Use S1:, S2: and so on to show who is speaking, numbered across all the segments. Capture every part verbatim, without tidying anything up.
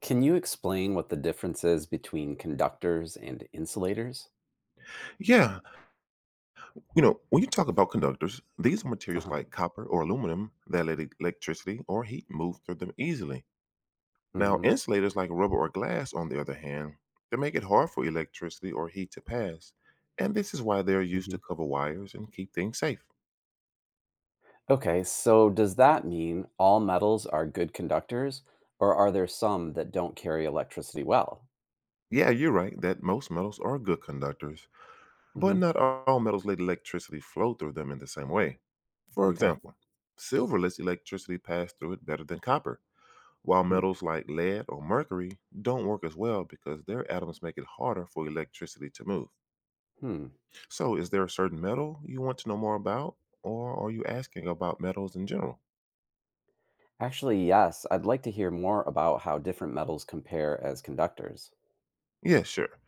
S1: Can you explain what the difference is between conductors and insulators?
S2: Yeah. You know, when you talk about conductors, these are materials
S1: Uh-huh.
S2: like copper or aluminum that let e- electricity or heat move through them easily. Now,
S1: hmm
S2: insulators like rubber or glass, on the other hand, they make it hard for electricity or heat to pass. And this is why they're used
S1: hmm
S2: to cover wires and keep things safe.
S1: Okay, so does that mean all metals are good conductors, or are there some that don't carry electricity well?
S2: Yeah, you're right that most metals are good conductors, but
S1: hmm
S2: not all metals let electricity flow through them in the same way. For
S1: Okay.
S2: example, silver lets electricity pass through it better than copper while
S1: Hmm.
S2: metals like lead or mercury don't work as well because their atoms make it harder for electricity to move.
S1: Hmm.
S2: So, is there a certain metal you want to know more about, or are you asking about metals in general?
S1: Actually, yes, I'd like to hear more about how different metals compare as conductors.
S2: Yeah, sure.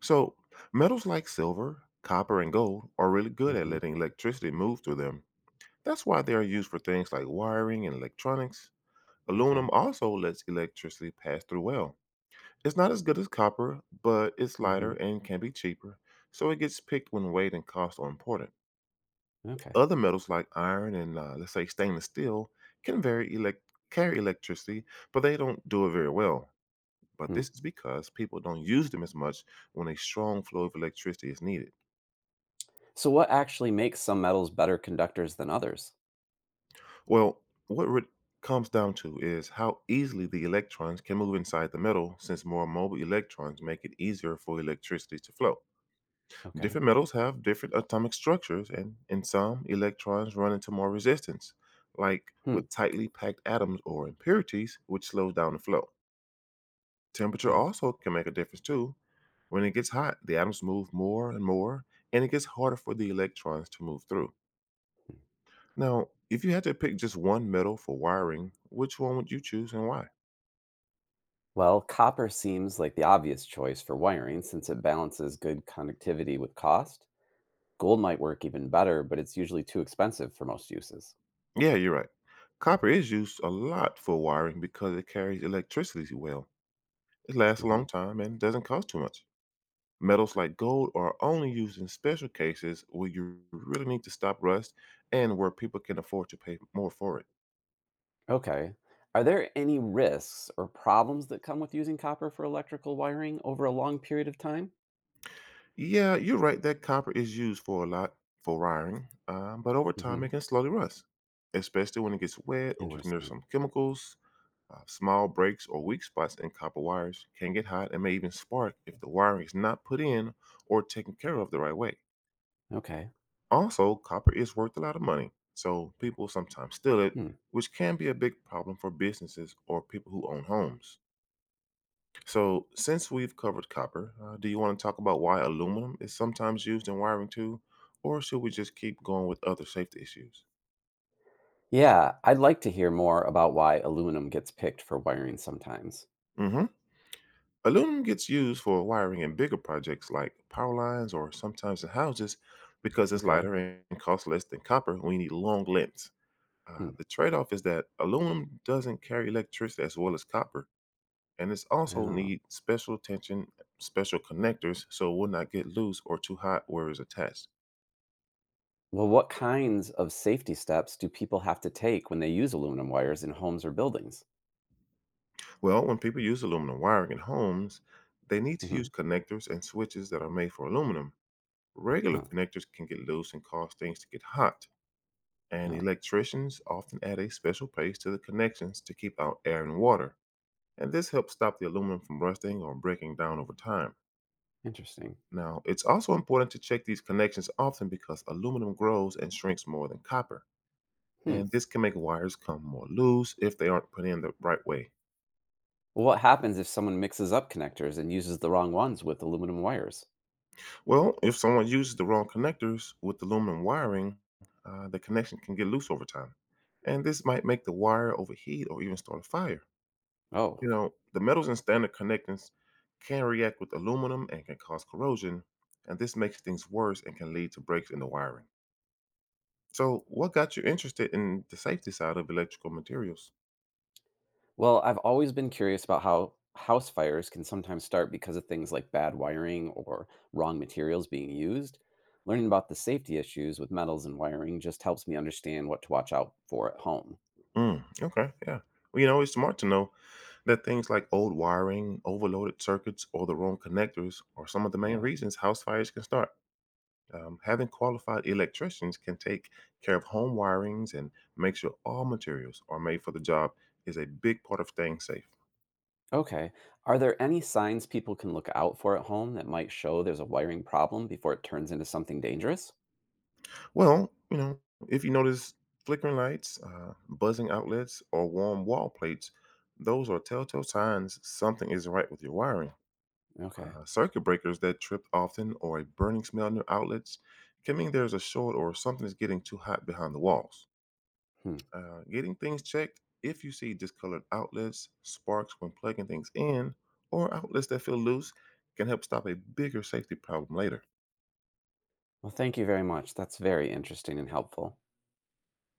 S2: So, metals like silver, copper, and gold are really good at
S1: hmm
S2: letting electricity move through them. That's why they are used for things like wiring and electronics. Aluminum
S1: Okay.
S2: also lets electricity pass through well. It's not as good as copper, but it's lighter
S1: hmm
S2: and can be cheaper, so it gets picked when weight and cost are important.
S1: Okay.
S2: Other metals like iron and uh, let's say stainless steel can vary elect- carry electricity, but they don't do it very well. But
S1: Hmm.
S2: this is because people don't use them as much when a strong flow of electricity is needed.
S1: So, what actually makes some metals better conductors than others?
S2: Well, what it comes down to is how easily the electrons can move inside the metal, since more mobile electrons make it easier for electricity to flow.
S1: Okay.
S2: Different metals have different atomic structures, and in some, electrons run into more resistance, like
S1: Hmm.
S2: with tightly packed atoms or impurities, which slows down the flow. Temperature
S1: Huh.
S2: also can make a difference too. When it gets hot, the atoms move more and more, and it gets harder for the electrons to move through.
S1: hmm.
S2: Now, if you had to pick just one metal for wiring, which one would you choose and why?
S1: Well, copper seems like the obvious choice for wiring since it balances good connectivity with cost. Gold might work even better, but it's usually too expensive for most uses.
S2: Yeah, you're right. Copper is used a lot for wiring because it carries electricity well. It lasts a
S1: hmm
S2: long time and doesn't cost too much. Metals like gold are only used in special cases where you really need to stop rust and where people can afford to pay more for it.
S1: Okay. Are there any risks or problems that come with using copper for electrical wiring over a long period of time?
S2: Yeah, you're right that copper is used for a lot for wiring, um, but over
S1: hmm
S2: time it can slowly rust, especially when it gets wet or is near some
S1: Interesting.
S2: chemicals. Uh, small breaks or weak spots in copper wires can get hot and may even spark if the wiring is not put in or taken care of the right way.
S1: Okay.
S2: Also, copper is worth a lot of money, so people sometimes steal it,
S1: Hmm.
S2: which can be a big problem for businesses or people who own homes. So, since we've covered copper, uh, do you want to talk about why aluminum is sometimes used in wiring too, or should we just keep going with other safety issues?
S1: Yeah, I'd like to hear more about why aluminum gets picked for wiring sometimes.
S2: Hmm. Aluminum gets used for wiring in bigger projects like power lines or sometimes in houses because it's
S1: Okay.
S2: lighter and costs less than copper. We need long lengths. Uh,
S1: Hmm.
S2: the trade off is that aluminum doesn't carry electricity as well as copper, and it's also
S1: Oh.
S2: need special attention, special connectors so it will not get loose or too hot where it's attached.
S1: Well, what kinds of safety steps do people have to take when they use aluminum wires in homes or buildings?
S2: Well, when people use aluminum wiring in homes, they need to
S1: hmm
S2: use connectors and switches that are made for aluminum. Regular
S1: Huh.
S2: connectors can get loose and cause things to get hot, and
S1: Oh,
S2: electricians often add a special paste to the connections to keep out air and water. And this helps stop the aluminum from rusting or breaking down over time.
S1: interesting.
S2: Now, it's also important to check these connections often because aluminum grows and shrinks more than copper,
S1: Hmm.
S2: and this can make wires come more loose if they aren't put in the right way.
S1: Well, what happens if someone mixes up connectors and uses the wrong ones with aluminum wires?
S2: Well, if someone uses the wrong connectors with aluminum wiring, uh, the connection can get loose over time, and this might make the wire overheat or even start a fire.
S1: Oh,
S2: You know, the metals in standard connectors can react with aluminum and can cause corrosion, and this makes things worse and can lead to breaks in the wiring. So, what got you interested in the safety side of electrical materials?
S1: well, I've always been curious about how house fires can sometimes start because of things like bad wiring or wrong materials being used. Learning about the safety issues with metals and wiring just helps me understand what to watch out for at home.
S2: Mm, okay, yeah. Well, you know, it's smart to know that things like old wiring, overloaded circuits, or the wrong connectors are some of the main
S1: Yeah.
S2: reasons house fires can start. Um, having qualified electricians can take care of home wirings and make sure all materials are made for the job is a big part of staying safe.
S1: Okay. Are there any signs people can look out for at home that might show there's a wiring problem before it turns into something dangerous?
S2: Well, you know, if you notice flickering lights, uh, buzzing outlets, or warm wall plates, those are telltale signs something isn't right with your wiring.
S1: Okay.
S2: Uh, circuit breakers that trip often or a burning smell near outlets can mean there's a short or something is getting too hot behind the walls.
S1: Hmm.
S2: Uh, getting things checked if you see discolored outlets, sparks when plugging things in, or outlets that feel loose can help stop a bigger safety problem later.
S1: Well, thank you very much. That's very interesting and helpful.